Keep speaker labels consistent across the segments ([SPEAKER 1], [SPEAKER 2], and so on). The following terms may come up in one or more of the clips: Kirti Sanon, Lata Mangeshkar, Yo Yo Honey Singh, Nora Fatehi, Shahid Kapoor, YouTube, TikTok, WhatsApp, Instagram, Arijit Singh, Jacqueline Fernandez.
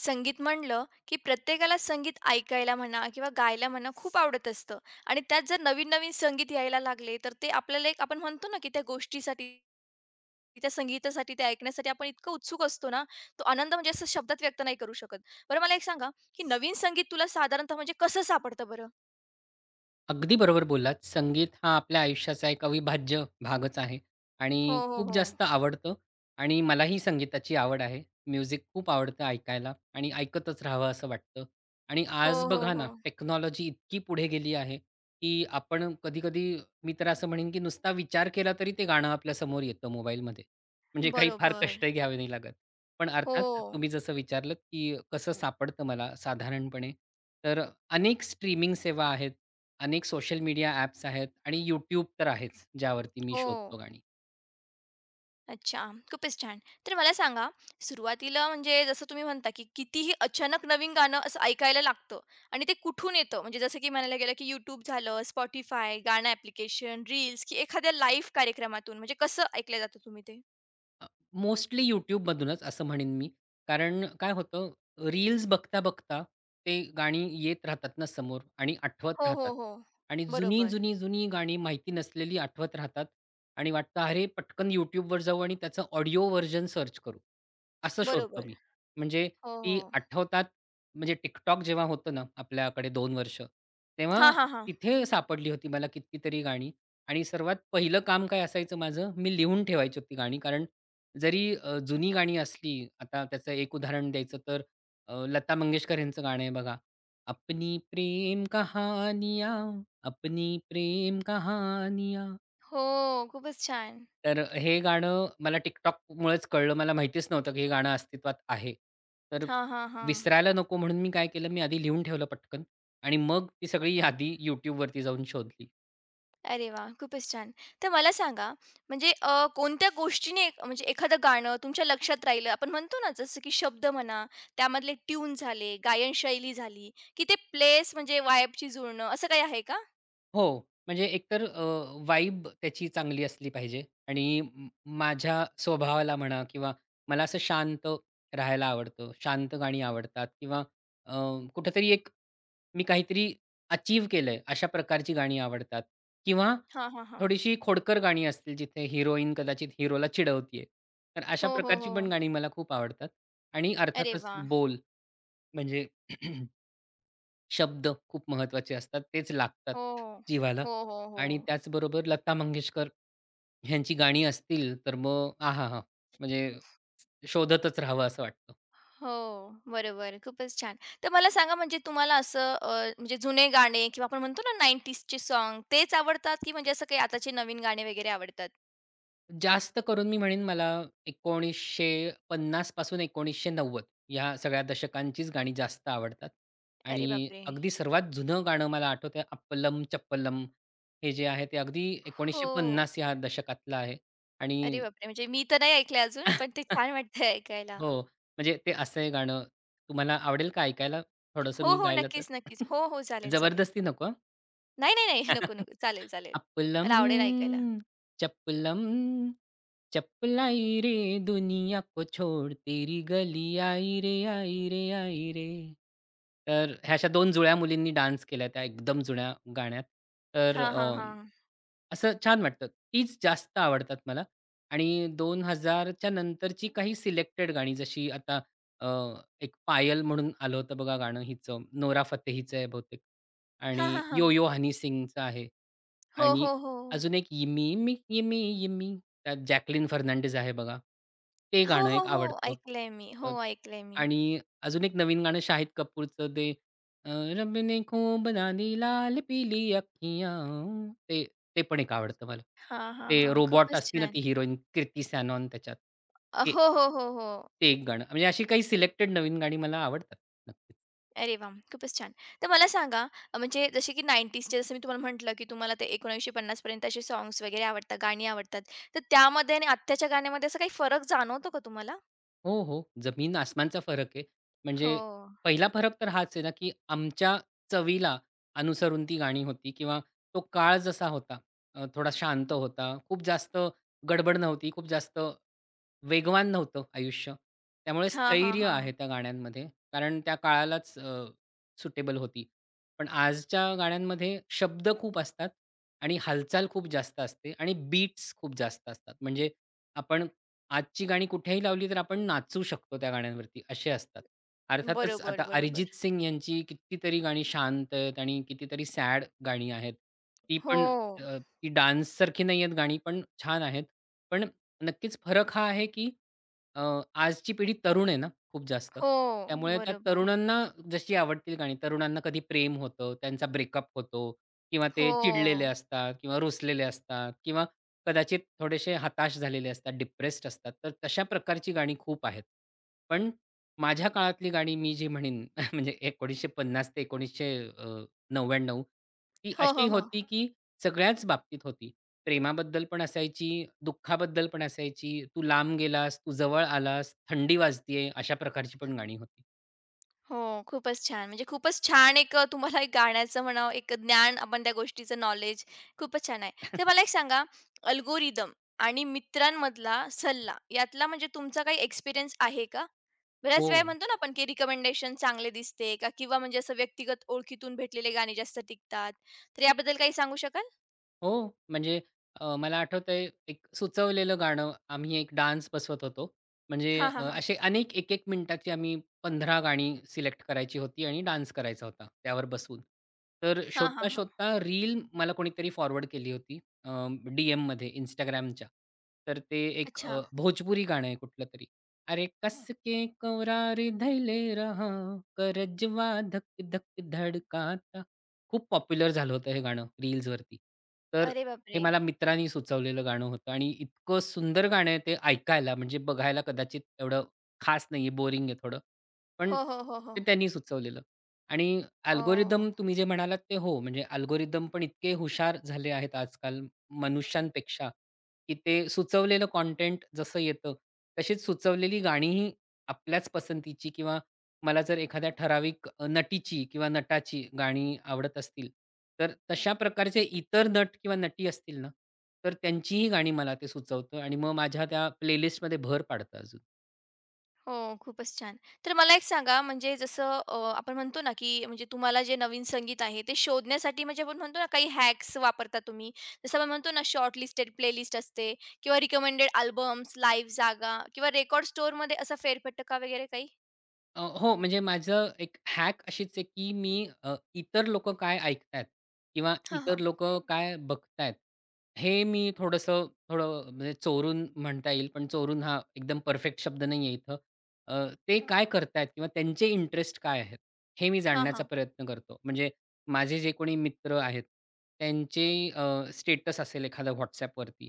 [SPEAKER 1] संगीत म्हणलं, की प्रत्येकाला संगीत ऐकायला म्हणा किंवा गायला म्हणा खूप आवडत असतं आणि त्यात जर नवीन-नवीन संगीत यायला लागले, तर ते आपल्याला एक आपण म्हणतो ना, की त्या गोष्टीसाठी, त्या संगीतासाठी, ते ऐकण्यासाठी आपण इतकं उत्सुक असतो ना, तो आनंद म्हणजे असं शब्दात व्यक्त नाही करू शकत. बरं मला एक सांगा, की नवीन संगीत तुला साधारणतः म्हणजे कसं सापडतं बरं?
[SPEAKER 2] अगदी बरोबर बोललात. संगीत हा आपल्या आयुष्याचा एक अविभाज्य भागच आहे आणि
[SPEAKER 1] हो, हो,
[SPEAKER 2] खूप
[SPEAKER 1] हो.
[SPEAKER 2] जास्त आवडतं आणि मलाही संगीताची आवड आहे. म्युझिक खूप आवडतं ऐकायला आणि ऐकतच राहावं असं वाटतं. आणि
[SPEAKER 1] हो,
[SPEAKER 2] आज
[SPEAKER 1] हो,
[SPEAKER 2] बघा ना,
[SPEAKER 1] हो.
[SPEAKER 2] टेक्नॉलॉजी इतकी पुढे गेली आहे, की आपण कधी मी तर असं म्हणेन, की नुसता विचार केला तरी ते गाणं आपल्या समोर येतं मोबाईलमध्ये. म्हणजे काही फार
[SPEAKER 1] बरोबर.
[SPEAKER 2] कष्टही घ्यावे नाही लागत. पण
[SPEAKER 1] हो,
[SPEAKER 2] अर्थात तुम्ही जसं विचारलंत, की कसं सापडतं मला साधारणपणे, तर अनेक स्ट्रीमिंग सेवा आहेत, अनेक सोशल मीडिया ॲप्स आहेत आणि यूट्यूब तर आहेच, ज्यावरती मी
[SPEAKER 1] हो.
[SPEAKER 2] शोधतो गाणी.
[SPEAKER 1] अच्छा, खूपच छान. तर मला सांगा, सुरुवातीला म्हणजे जसं तुम्ही म्हणता, की कितीही अचानक नवीन गाणं असं ऐकायला लागतं आणि ते कुठून येतं? म्हणजे जसं की म्हणायला गेलं, की YouTube झालं, Spotify, गाणं ॲप्लिकेशन, रील्स की एखाद्या लाईव्ह कार्यक्रमातून म्हणजे कसं ऐकलं जातं तुम्ही ते?
[SPEAKER 2] मोस्टली YouTubeमधूनच असं म्हणेन मी. कारण काय होतं, रील्स बघता-बघता ते गाणी येत राहतात ना समोर आणि
[SPEAKER 1] हो,
[SPEAKER 2] आठवत राहतात.
[SPEAKER 1] हो, हो.
[SPEAKER 2] आणि जुनी,
[SPEAKER 1] बरोबर,
[SPEAKER 2] जुनी, जुनी गाणी माहिती नसलेली आठवत राहतात आणि वाटतं, "अरे, पटकन YouTubeवर जाऊ आणि त्याचं ऑडिओ व्हर्जन सर्च करू." असं शोधतो
[SPEAKER 1] बरोबर.
[SPEAKER 2] मी. म्हणजे
[SPEAKER 1] हो,
[SPEAKER 2] ती
[SPEAKER 1] हो.
[SPEAKER 2] आठवतात. म्हणजे TikTok जेव्हा होतं ना आपल्याकडे 2 वर्ष, तेव्हा
[SPEAKER 1] हां, हां, हां.
[SPEAKER 2] तिथे सापडली होती मला कितीतरी गाणी आणि सर्वात पहिलं काम काय असायचं माझं, मी लिहून ठेवायची होती गाणी. कारण जरी जुनी गाणी असली, आता त्याचं एक उदाहरण द्यायचं तर लता मंगेशकर यांचं गाणं आहे बघा, अपनी प्रेम कहानिया, अपनी प्रेम कहानिया.
[SPEAKER 1] हो, खूपच छान.
[SPEAKER 2] तर हे गाणं मला TikTokमुळेच कळलं. मला माहितीच नव्हतं की हे गाणं अस्तित्वात आहे. तर
[SPEAKER 1] हां, हां, हां.
[SPEAKER 2] विसरायला नको म्हणून मी काय केलं, मी आधी लिहून ठेवलं पटकन आणि मग ती सगळी यादी YouTubeवरती जाऊन शोधली.
[SPEAKER 1] अरे वा, खूपच छान. तर मला सांगा, म्हणजे कोणत्या गोष्टीने म्हणजे एखादं गाणं तुमच्या लक्षात राहिलं, आपण म्हणतो ना, जसं की शब्द म्हणा, त्यामधले ट्यून झाले, गायनशैली झाली, की ते प्लेस म्हणजे वाइबशी जुळणं, असं काही आहे का?
[SPEAKER 2] हो. म्हणजे एकतर वाइब त्याची चांगली असली पाहिजे आणि माझ्या स्वभावाला म्हणा किंवा मला असं शांत राहायला आवडतं. शांत गाणी आवडतात किंवा अ, कुठेतरी एक मी काहीतरी अचीव्ह केलंय अशा प्रकारची गाणी आवडतात किंवा
[SPEAKER 1] हां, हां, हां.
[SPEAKER 2] थोडीशी खोडकर गाणी असतील जिथे हिरोईन कदाचित हिरोला चिडवतीये. तर अशा
[SPEAKER 1] हो, हो,
[SPEAKER 2] प्रकारची
[SPEAKER 1] हो.
[SPEAKER 2] पण गाणी मला खूप आवडतात आणि
[SPEAKER 1] अरे
[SPEAKER 2] अर्थातच
[SPEAKER 1] वाह!
[SPEAKER 2] बोल, म्हणजे शब्द खूप महत्त्वाचे असतात. तेच लागतात
[SPEAKER 1] हो.
[SPEAKER 2] जीवाला.
[SPEAKER 1] हो, हो, हो.
[SPEAKER 2] आणि त्याचबरोबर लता मंगेशकर ह्यांची गाणी असतील, तर मग आहाहा! म्हणजे शोधतच राहावं असं वाटतं.
[SPEAKER 1] हो, बरोबर. खूपच छान. तर मला सांगा, म्हणजे तुम्हाला असं म्हणजे जुने गाणे किंवा आपण म्हणतो ना 90s सॉन्ग, तेच आवडतात, की म्हणजे असं काही आताचे नवीन गाणे वगैरे आवडतात?
[SPEAKER 2] जास्त करून मी म्हणेन मला 1950 पासून 1990 या सगळ्या दशकांचीच गाणी जास्त आवडतात
[SPEAKER 1] अरे
[SPEAKER 2] आणि
[SPEAKER 1] बापरे!
[SPEAKER 2] अगदी सर्वात जुनं गाणं मला आठवतंय अप्पलम चप्पलम. हे जे आहे ते अगदी
[SPEAKER 1] हो.
[SPEAKER 2] 1950 या दशकातलं आहे. आणि
[SPEAKER 1] अरे बापरे! म्हणजे मी तर नाही ऐकल्या अजून, पण ते छान वाटतंय ऐकायला.
[SPEAKER 2] हो, म्हणजे ते असं गाणं तुम्हाला आवडेल का ऐकायला? थोडंसं
[SPEAKER 1] हो,
[SPEAKER 2] मी
[SPEAKER 1] हो.
[SPEAKER 2] गायलं तर?
[SPEAKER 1] नक्कीच, नक्कीच. हो, हो. चालेल, चालेल.
[SPEAKER 2] जबरदस्ती नको हां.
[SPEAKER 1] नाही, नाही, नाही. नको, नको. चालेल, चालेल.
[SPEAKER 2] "अप्पलम,
[SPEAKER 1] मला आवडेल ऐकायला.
[SPEAKER 2] चप्पलम, चप्पल रे, दुनिया को छोड़ तेरी गली आई रे, आई रे, आई रे." तर ह्या अशा 2 जुळ्या मुलींनी डान्स केला त्या एकदम जुन्या गाण्यात. तर
[SPEAKER 1] हां, हां, हां.
[SPEAKER 2] असं छान वाटतं. तीच जास्त आवडतात मला आणि 2000च्या नंतरची काही सिलेक्टेड गाणी जशी आता अ, एक पायल म्हणून आलं होतं बघा गाणं हिचं, नोरा फतेहीचं आहे बहुतेक
[SPEAKER 1] हां,
[SPEAKER 2] आणि
[SPEAKER 1] हां,
[SPEAKER 2] यो
[SPEAKER 1] हां.
[SPEAKER 2] यो हनी सिंगचं आहे.
[SPEAKER 1] हो,
[SPEAKER 2] आणि
[SPEAKER 1] हो, हो.
[SPEAKER 2] अजून एक यिमी यिमी यिमी यिमी, त्यात जॅकलीन फर्नांडिस आहे बघा. ते
[SPEAKER 1] हो,
[SPEAKER 2] गाणं
[SPEAKER 1] हो,
[SPEAKER 2] एक
[SPEAKER 1] हो.
[SPEAKER 2] आवडतं.
[SPEAKER 1] ऐकलंय मी.
[SPEAKER 2] अ,
[SPEAKER 1] हो, ऐकलंय मी.
[SPEAKER 2] आणि अजून एक नवीन गाणं शाहिद कपूरचं, ते अ, रब ने खूब दानी लाल पिली अँखियाँ, ते ते पण एक आवडतं मला.
[SPEAKER 1] हां, हां,
[SPEAKER 2] ते
[SPEAKER 1] हां.
[SPEAKER 2] रोबॉट
[SPEAKER 1] खूपच
[SPEAKER 2] असती ना
[SPEAKER 1] छान.
[SPEAKER 2] ती हिरोईन, कीर्ती सॅनॉन त्याच्यात.
[SPEAKER 1] अ,
[SPEAKER 2] ते
[SPEAKER 1] हो, हो, हो, हो.
[SPEAKER 2] ते एक गाणं. म्हणजे अशी काही सिलेक्टेड नवीन गाणी मला आवडतात. नक्कीच.
[SPEAKER 1] अरे वाह! खूपच छान. तर मला सांगा म्हणजे जसे की 90sचे जसं मी तुम्हाला म्हटलं, की तुम्हाला ते 1950 पर्यंत असे सॉन्ग्स वगैरे आवडतात, गाणी आवडतात. तर त्यामध्ये आणि आत्ताच्या गाण्यामध्ये असा काही फरक जाणवतो का तुम्हाला?
[SPEAKER 2] हो, हो. जमीन आसमानचा फरक आहे.
[SPEAKER 1] हो.
[SPEAKER 2] म्हणजे पहिला फरक तर हाच आहे ना, की आमच्या चवीला अनुसरून ती गाणी होती किंवा तो काळ जसा होता, थोडा शांत होता. खूप जास्त गडबड नव्हती. खूप जास्त वेगवान नव्हतं आयुष्य. त्यामुळे
[SPEAKER 1] हां, हां,
[SPEAKER 2] स्थैर्य
[SPEAKER 1] हां.
[SPEAKER 2] आहे त्या गाण्यांमध्ये. कारण त्या काळालाच सुटेबल होती. पण आजच्या गाण्यांमध्ये शब्द खूप असतात आणि हालचाल खूप जास्त असते आणि बीट्स खूप जास्त असतात. म्हणजे आपण आजची गाणी कुठेही लावली तर आपण नाचू शकतो त्या गाण्यांवरती, असे असतात. अर्थातच
[SPEAKER 1] बरोबर,
[SPEAKER 2] आता अरिजित
[SPEAKER 1] बरोबर.
[SPEAKER 2] सिंग यांची कितीतरी गाणी शांत आहेत आणि कितीतरी सॅड गाणी आहेत. ती
[SPEAKER 1] हो,
[SPEAKER 2] पण ती डान्ससारखी नाही आहेत गाणी, पण छान आहेत. पण नक्कीच फरक हा आहे, की अ, आजची पिढी तरुण आहे ना खूप जास्त.
[SPEAKER 1] हो.
[SPEAKER 2] त्यामुळे त्या
[SPEAKER 1] बरोबर.
[SPEAKER 2] तरुणांना जशी आवडतील गाणी, तरुणांना कधी प्रेम होतं, त्यांचा ब्रेकअप होतो किंवा ते चिडलेले
[SPEAKER 1] हो.
[SPEAKER 2] असतात किंवा रुसलेले असतात किंवा कदाचित थोडेसे हताश झालेले असतात, डिप्रेस्ड असतात. तर तशा प्रकारची गाणी खूप आहेत. पण माझ्या काळातली गाणी मी जी म्हणेन म्हणजे 1950 ते 1900 99, ती
[SPEAKER 1] हो, हो,
[SPEAKER 2] अशी
[SPEAKER 1] हो.
[SPEAKER 2] होती, की सगळ्याच बाबतीत होती. प्रेमाबद्दल पण असायची, दुःखाबद्दल पण असायची. तू लांब गेलास, तू जवळ आलास, थंडी वाजतीये, अशा प्रकारची पण गाणी होती.
[SPEAKER 1] हो, खूपच छान. म्हणजे खूपच छान एक तुम्हाला एक गाण्याचं म्हणावं एक ज्ञान आपण त्या गोष्टीचं नॉलेज खूपच छान आहे. तर मला एक सांगा अल्गोरिदम आणि मित्रांमधला सल्ला यातला म्हणजे तुमचा काही एक्सपिरियन्स आहे का? बऱ्याच
[SPEAKER 2] हो.
[SPEAKER 1] वेळा म्हणतो ना आपण की रिकमेंडेशन चांगले दिसते का किंवा म्हणजे असं व्यक्तिगत ओळखीतून भेटलेले गाणे जास्त टिकतात. तर याबद्दल काही सांगू शकाल?
[SPEAKER 2] हो, म्हणजे मला आठवतंय एक सुचवलेलं गाणं. आम्ही एक डान्स बसवत होतो. म्हणजे
[SPEAKER 1] हां, हां, हां.
[SPEAKER 2] असे अनेक एक 1 मिनिटाची आम्ही 15 गाणी सिलेक्ट करायची होती आणि डान्स करायचा होता त्यावर बसून. तर
[SPEAKER 1] हां, हां, हां.
[SPEAKER 2] शोधता-शोधता रील मला कोणीतरी फॉरवर्ड केली होती, डीएममध्ये Instagramच्या. तर ते एक
[SPEAKER 1] अच्छा.
[SPEAKER 2] भोजपुरी गाणं आहे कुठलंतरी. अरे कस के कोरार धइले रहा, करजवा धक धक धड़काता. खूप पॉप्युलर झालं होतं हे गाणं रील्सवरती. तर
[SPEAKER 1] अरे
[SPEAKER 2] हे
[SPEAKER 1] बापरे!
[SPEAKER 2] मला मित्रांनी सुचवलेलं गाणं होतं आणि इतकं सुंदर गाणं आहे ते ऐकायला, म्हणजे बघायला कदाचित एवढं खास नाहीये, बोरिंग आहे थोडं. पण
[SPEAKER 1] हो, हो, हो,
[SPEAKER 2] ते
[SPEAKER 1] हो.
[SPEAKER 2] त्यांनी सुचवलेलं. आणि
[SPEAKER 1] हो,
[SPEAKER 2] अल्गोरिदम तुम्ही जे म्हणालात ते हो, म्हणजे अल्गोरिदम पण इतके हुशार झाले आहेत आजकाल मनुष्यांपेक्षा, की ते सुचवलेलं कंटेंट जसं येतं, तशीच सुचवलेली गाणीही आपल्याच पसंतीची. किंवा मला जर एखाद्या ठराविक नटीची किंवा नटाची गाणी आवडत असतील, तर तशा प्रकारचे इतर नट किंवा नटी असतील ना, तर त्यांचीही गाणी मला ते सुचवतं आणि मग माझ्या त्या प्लेलिस्टमध्ये भर पाडतं अजून.
[SPEAKER 1] हो. खूपच छान. तर मला एक सांगा म्हणजे जसं आपण म्हणतो ना, की म्हणजे तुम्हाला जे नवीन संगीत आहे ते शोधण्यासाठी म्हणजे आपण म्हणतो ना, काही हॅक्स वापरता तुम्ही. जसं आपण म्हणतो ना, शॉर्ट लिस्टेड प्लेलिस्ट असते किंवा रिकमेंडेड अल्बम्स, लाईव्ह जागा किंवा रेकॉर्ड स्टोअरमध्ये असा फेरफटका वगैरे काही?
[SPEAKER 2] हो, म्हणजे माझं एक हॅक अशीच आहे, की मी, इतर लोकं काय ऐकतायत किंवा
[SPEAKER 1] हां,
[SPEAKER 2] इतर
[SPEAKER 1] हां.
[SPEAKER 2] लोकं काय बघतायत, हे मी थोडंसं थोडं, म्हणजे चोरून म्हणता येईल, पण चोरून हा एकदम परफेक्ट शब्द नाहीये इथं. ते काय करतायत किंवा त्यांचे इंटरेस्ट काय आहेत, हे मी
[SPEAKER 1] हां,
[SPEAKER 2] जाणण्याचा
[SPEAKER 1] हां.
[SPEAKER 2] प्रयत्न करतो. म्हणजे माझे जे कोणी मित्र आहेत, त्यांचे स्टेटस असेल एखादा WhatsAppवरती,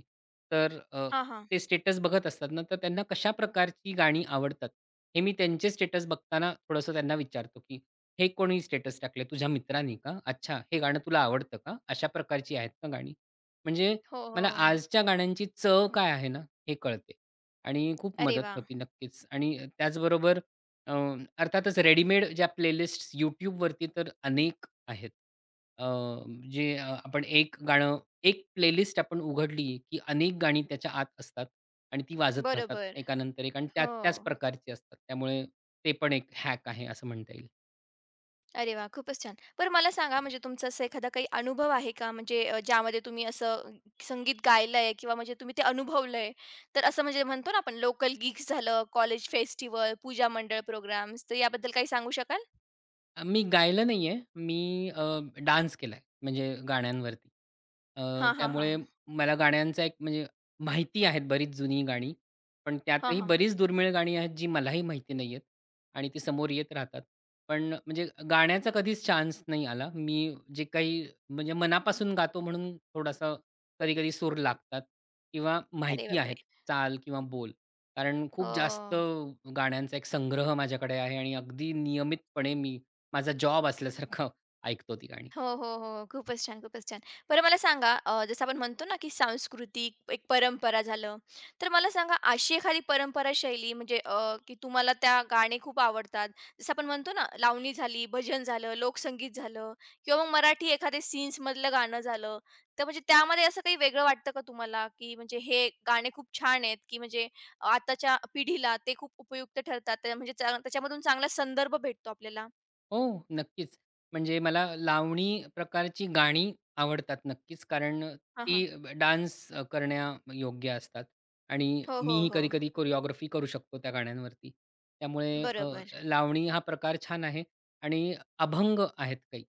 [SPEAKER 2] तर
[SPEAKER 1] हां, हां.
[SPEAKER 2] ते स्टेटस बघत असतात ना, तर त्यांना कशा प्रकारची गाणी आवडतात, हे मी त्यांचे स्टेटस बघताना थोडंसं त्यांना विचारतो, की "हे कोणी स्टेटस टाकले? तुझ्या मित्राने का? अच्छा, हे गाणं तुला आवडतं का? अशा प्रकारची आहेत का गाणी?" म्हणजे
[SPEAKER 1] हो,
[SPEAKER 2] मला
[SPEAKER 1] हो.
[SPEAKER 2] आजच्या गाण्यांची चव काय आहे ना, हे कळते आणि खूप
[SPEAKER 1] अरे
[SPEAKER 2] मदत
[SPEAKER 1] वाह!
[SPEAKER 2] होती नक्कीच. आणि त्याचबरोबर अ, अर्थातच रेडीमेड ज्या प्लेलिस्ट्स YouTubeवरती तर अनेक आहेत. अ, आपण एक गाणं, एक प्लेलिस्ट आपण उघडली, की अनेक गाणी त्याच्या आत असतात आणि ती वाजत राहतात
[SPEAKER 1] बरोबर.
[SPEAKER 2] एकानंतर एक आणि त्याच
[SPEAKER 1] हो.
[SPEAKER 2] त्याच प्रकारची असतात. त्यामुळे ते पण एक हॅक आहे असं म्हणता येईल.
[SPEAKER 1] अरे वा, खूपच छान. बरं मला सांगा म्हणजे तुमचा असा एखादा काही अनुभव आहे का? म्हणजे ज्यामध्ये तुम्ही असं संगीत गायलंय किंवा म्हणजे तुम्ही ते अनुभवलंय? तर असं म्हणजे म्हणतो ना आपण लोकल गिग्स झालं, कॉलेज फेस्टिव्हल, पूजा मंडळ प्रोग्राम्स, तर याबद्दल काही सांगू शकाल?
[SPEAKER 2] मी गायलं नाहीये. मी, अ, डान्स केलाय म्हणजे गाण्यांवरती. अ,
[SPEAKER 1] हां, हां,
[SPEAKER 2] त्यामुळे
[SPEAKER 1] हां.
[SPEAKER 2] मला गाण्यांचा एक, म्हणजे माहिती आहेत बरीच जुनी गाणी. पण
[SPEAKER 1] हां,
[SPEAKER 2] त्यातही
[SPEAKER 1] हां.
[SPEAKER 2] बरीच दुर्मिळ गाणी आहेत जी मलाही माहिती नाहीयेत आणि ती समोर येत राहतात. पण म्हणजे गाण्याचा कधीच चान्स नाही आला. मी जे काही म्हणजे मनापासून गातो म्हणून थोडासा कधी-कधी सूर लागतात किंवा
[SPEAKER 1] अरे
[SPEAKER 2] माहिती
[SPEAKER 1] बापरे!
[SPEAKER 2] आहेत चाल किंवा बोल. कारण खूप जास्त
[SPEAKER 1] हो.
[SPEAKER 2] गाण्यांचा एक संग्रह माझ्याकडे आहे आणि अगदी नियमितपणे मी माझा जॉब असल्यासारखं ऐकतो ती गाणी.
[SPEAKER 1] हो, हो, हो. हो. खूपच छान, खूपच छान. बरं मला सांगा जसं आपण म्हणतो ना, की सांस्कृतिक एक परंपरा झालं, तर मला सांगा अशी एखादी परंपरा शैली म्हणजे की तुम्हाला त्या गाणे खूप आवडतात. जसं आपण म्हणतो ना, लावणी झाली, भजन झालं, लोकसंगीत झालं किंवा मग मराठी एखादे सीन्समधलं गाणं झालं. तर म्हणजे त्यामध्ये असं काही वेगळं वाटतं का तुम्हाला, की म्हणजे हे गाणे खूप छान आहेत, की म्हणजे अं, आताच्या पिढीला ते खूप उपयुक्त ठरतात. म्हणजे त्या त्याच्यामधून चांगला संदर्भ भेटतो आपल्याला?
[SPEAKER 2] हो, नक्कीच. म्हणजे मला लावणी प्रकारची गाणी आवडतात नक्कीच, कारण
[SPEAKER 1] हां, हां.
[SPEAKER 2] ती डान्स करण्यायोग्य असतात आणि
[SPEAKER 1] हो, हो,
[SPEAKER 2] मीही
[SPEAKER 1] हो.
[SPEAKER 2] कधी-कधी कोरिओग्राफी करू शकतो त्या गाण्यांवरती. त्यामुळे
[SPEAKER 1] बरोबर.
[SPEAKER 2] लावणी हा प्रकार छान आहे आणि अभंग आहेत काही,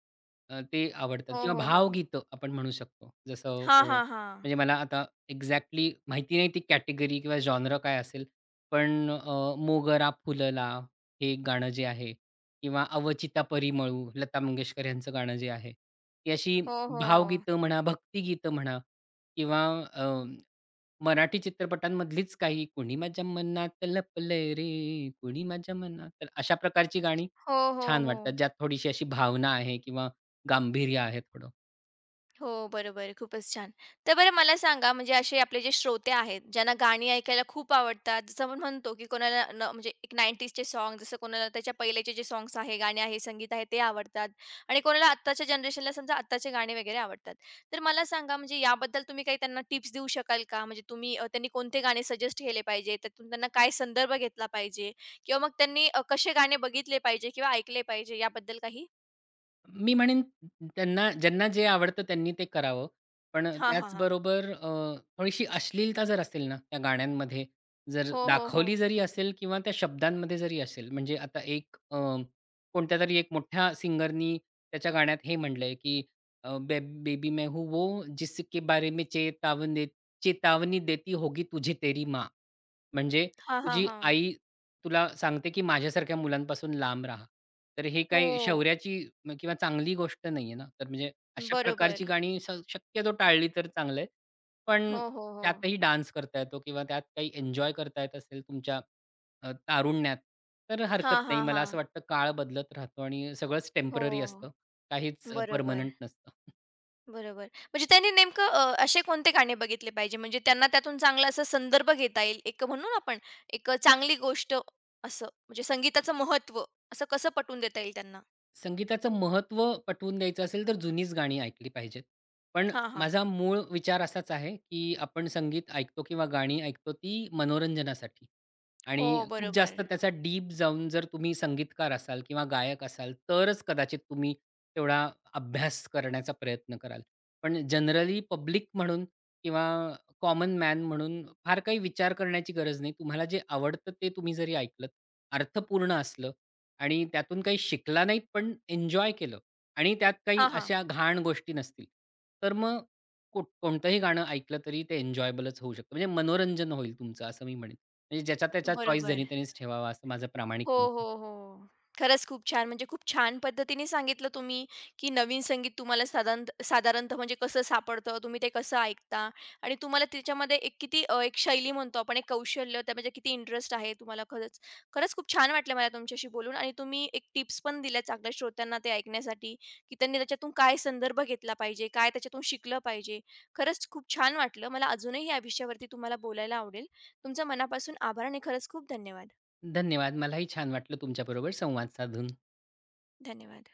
[SPEAKER 2] ते आवडतात
[SPEAKER 1] हो,
[SPEAKER 2] किंवा
[SPEAKER 1] हो, हो.
[SPEAKER 2] भावगीतं आपण म्हणू शकतो. जसं
[SPEAKER 1] हां, हां, हां.
[SPEAKER 2] म्हणजे मला आता एक्झॅक्टली माहिती नाही ती कॅटेगरी किंवा जॉनर काय असेल, पण "मोगरा फुलला" हे एक गाणं जे आहे किंवा अवचिता परिमळू, लता मंगेशकर यांचं गाणं जे आहे, ती अशी
[SPEAKER 1] हो, हो, हो.
[SPEAKER 2] भावगीतं म्हणा, भक्तिगीतं म्हणा किंवा अ, मराठी चित्रपटांमधलीच काही, "कुणी माझ्या मनात लपलंय रे, कुणी माझ्या मनात", तर अशा प्रकारची गाणी
[SPEAKER 1] हो, हो,
[SPEAKER 2] छान
[SPEAKER 1] हो.
[SPEAKER 2] वाटतात, ज्यात थोडीशी अशी भावना आहे किंवा गांभीर्य आहे थोडं.
[SPEAKER 1] हो, बरोबर. खूपच छान. तर बरं मला सांगा म्हणजे असे आपले जे श्रोते आहेत, ज्यांना गाणी ऐकायला खूप आवडतात, जसं आपण म्हणतो की कोणाला न म्हणजे एक 90sचे सॉन्ग जसं कोणाला त्याच्या पहिलेचे जे सॉन्ग्स आहे, गाणे आहे, संगीत आहे ते आवडतात आणि कोणाला आत्ताच्या जनरेशनला समजा आत्ताचे गाणे वगैरे आवडतात. तर मला सांगा म्हणजे याबद्दल तुम्ही काही त्यांना टिप्स देऊ शकाल का? म्हणजे तुम्ही त्यांनी कोणते गाणे सजेस्ट केले पाहिजे? त्यातून त्यांना काय संदर्भ घेतला पाहिजे? किंवा मग त्यांनी कसे गाणे बघितले पाहिजे किंवा ऐकले पाहिजे याबद्दल काही?
[SPEAKER 2] मी म्हणेन त्यांना, ज्यांना जे आवडतं त्यांनी ते करावं. पण अ,
[SPEAKER 1] हां, हां, हां.
[SPEAKER 2] त्याचबरोबर अ, थोडीशी अश्लीलता जर असेल ना, त्या गाण्यांमध्ये जर
[SPEAKER 1] हो, हो, हो.
[SPEAKER 2] दाखवली जरी असेल किंवा त्या शब्दांमध्ये जरी असेल, म्हणजे आता एक कोणत्यातरी एक मोठ्या सिंगरनी त्याच्या गाण्यात हे म्हटलंय, की बे बेबी मैं हूँ वो जिसके बारे में चेतावनी, चेतावनी देती होगी तुझे तेरी माँ. म्हणजे
[SPEAKER 1] हां, हां,
[SPEAKER 2] तुझी
[SPEAKER 1] हां.
[SPEAKER 2] आई तुला सांगते, की माझ्यासारख्या मुलांपासून लांब राहा. तर हे
[SPEAKER 1] हो.
[SPEAKER 2] काही शौर्याची किंवा चांगली गोष्ट नाहीये ना. तर म्हणजे अशा
[SPEAKER 1] बरोबर.
[SPEAKER 2] प्रकारची गाणी शक्यतो टाळली तर चांगलं आहे. पण
[SPEAKER 1] हो, हो, हो.
[SPEAKER 2] त्यातही डान्स करता येतो किंवा त्यात काही एन्जॉय करता येत असेल तुमच्या तारुण्यात, तर
[SPEAKER 1] हां,
[SPEAKER 2] हरकत नाही.
[SPEAKER 1] हां,
[SPEAKER 2] मला
[SPEAKER 1] हां.
[SPEAKER 2] असं वाटतं काळ बदलत राहतो आणि सगळंच
[SPEAKER 1] हो.
[SPEAKER 2] टेम्पररी असतं. काहीच
[SPEAKER 1] बरोबर,
[SPEAKER 2] परमनंट नसतं.
[SPEAKER 1] बरोबर. म्हणजे त्यांनी नेमकं असे कोणते गाणे बघितले पाहिजे म्हणजे त्यांना त्यातून चांगला असा संदर्भ घेता येईल. एक म्हणू ना आपण एक चांगली गोष्ट असं म्हणजे संगीताचं महत्त्व असं कसं पटवून देता येईल त्यांना?
[SPEAKER 2] संगीताचं महत्त्व पटवून द्यायचं असेल, तर जुनीच गाणी ऐकली पाहिजेत. पण
[SPEAKER 1] हां, हां.
[SPEAKER 2] माझा मूळ विचार असाच आहे, की आपण संगीत ऐकतो किंवा गाणी ऐकतो ती मनोरंजनासाठी.
[SPEAKER 1] हो,
[SPEAKER 2] आणि खूप
[SPEAKER 1] बरोबर.
[SPEAKER 2] जास्त त्याचा डीप जाऊन जर तुम्ही संगीतकार असाल किंवा गायक असाल, तरच कदाचित तुम्ही तेवढा अभ्यास करण्याचा प्रयत्न कराल. पण जनरली पब्लिक म्हणून किंवा कॉमन मॅन म्हणून फार काही विचार करण्याची गरज नाही. तुम्हाला जे आवडतं ते तुम्ही जरी ऐकलत, अर्थपूर्ण असलं आणि त्यातून काही शिकला नाहीत, पण एन्जॉय केलं आणि त्यात काही
[SPEAKER 1] हां, हां.
[SPEAKER 2] अशा घाण गोष्टी नसतील, तर मग कोणतंही गाणं ऐकलं तरी ते एन्जॉयबलच होऊ शकतं. म्हणजे मनोरंजन होईल तुमचं, असं मी म्हणेन. म्हणजे ज्याचा त्याचा चॉईस
[SPEAKER 1] बरोबर.
[SPEAKER 2] ज्यानी त्यानीच ठेवावा असं माझं प्रामाणिक
[SPEAKER 1] हो,
[SPEAKER 2] मत आहे.
[SPEAKER 1] हो, हो. खरंच खूप छान. म्हणजे खूप छान पद्धतीने सांगितलं तुम्ही, की नवीन संगीत तुम्हाला साधारण साधारणतः म्हणजे कसं सापडतं, तुम्ही ते कसं ऐकता आणि तुम्हाला त्याच्यामध्ये एक किती एक शैली म्हणतो आपण, एक कौशल्य, त्यामध्ये किती इंटरेस्ट आहे तुम्हाला खरंच. खरंच खूप छान वाटलं मला तुमच्याशी बोलून आणि तुम्ही एक टिप्स पण दिल्या चांगल्या श्रोत्यांना ते ऐकण्यासाठी, की त्यांनी त्याच्यातून काय संदर्भ घेतला पाहिजे, काय त्याच्यातून शिकलं पाहिजे. खरंच खूप छान वाटलं. मला अजूनही या विषयावरती तुम्हाला बोलायला आवडेल. तुमचं मनापासून आभार आणि खरंच खूप धन्यवाद.
[SPEAKER 2] धन्यवाद. मलाही छान वाटलं तुमच्याबरोबर संवाद साधून.
[SPEAKER 1] धन्यवाद.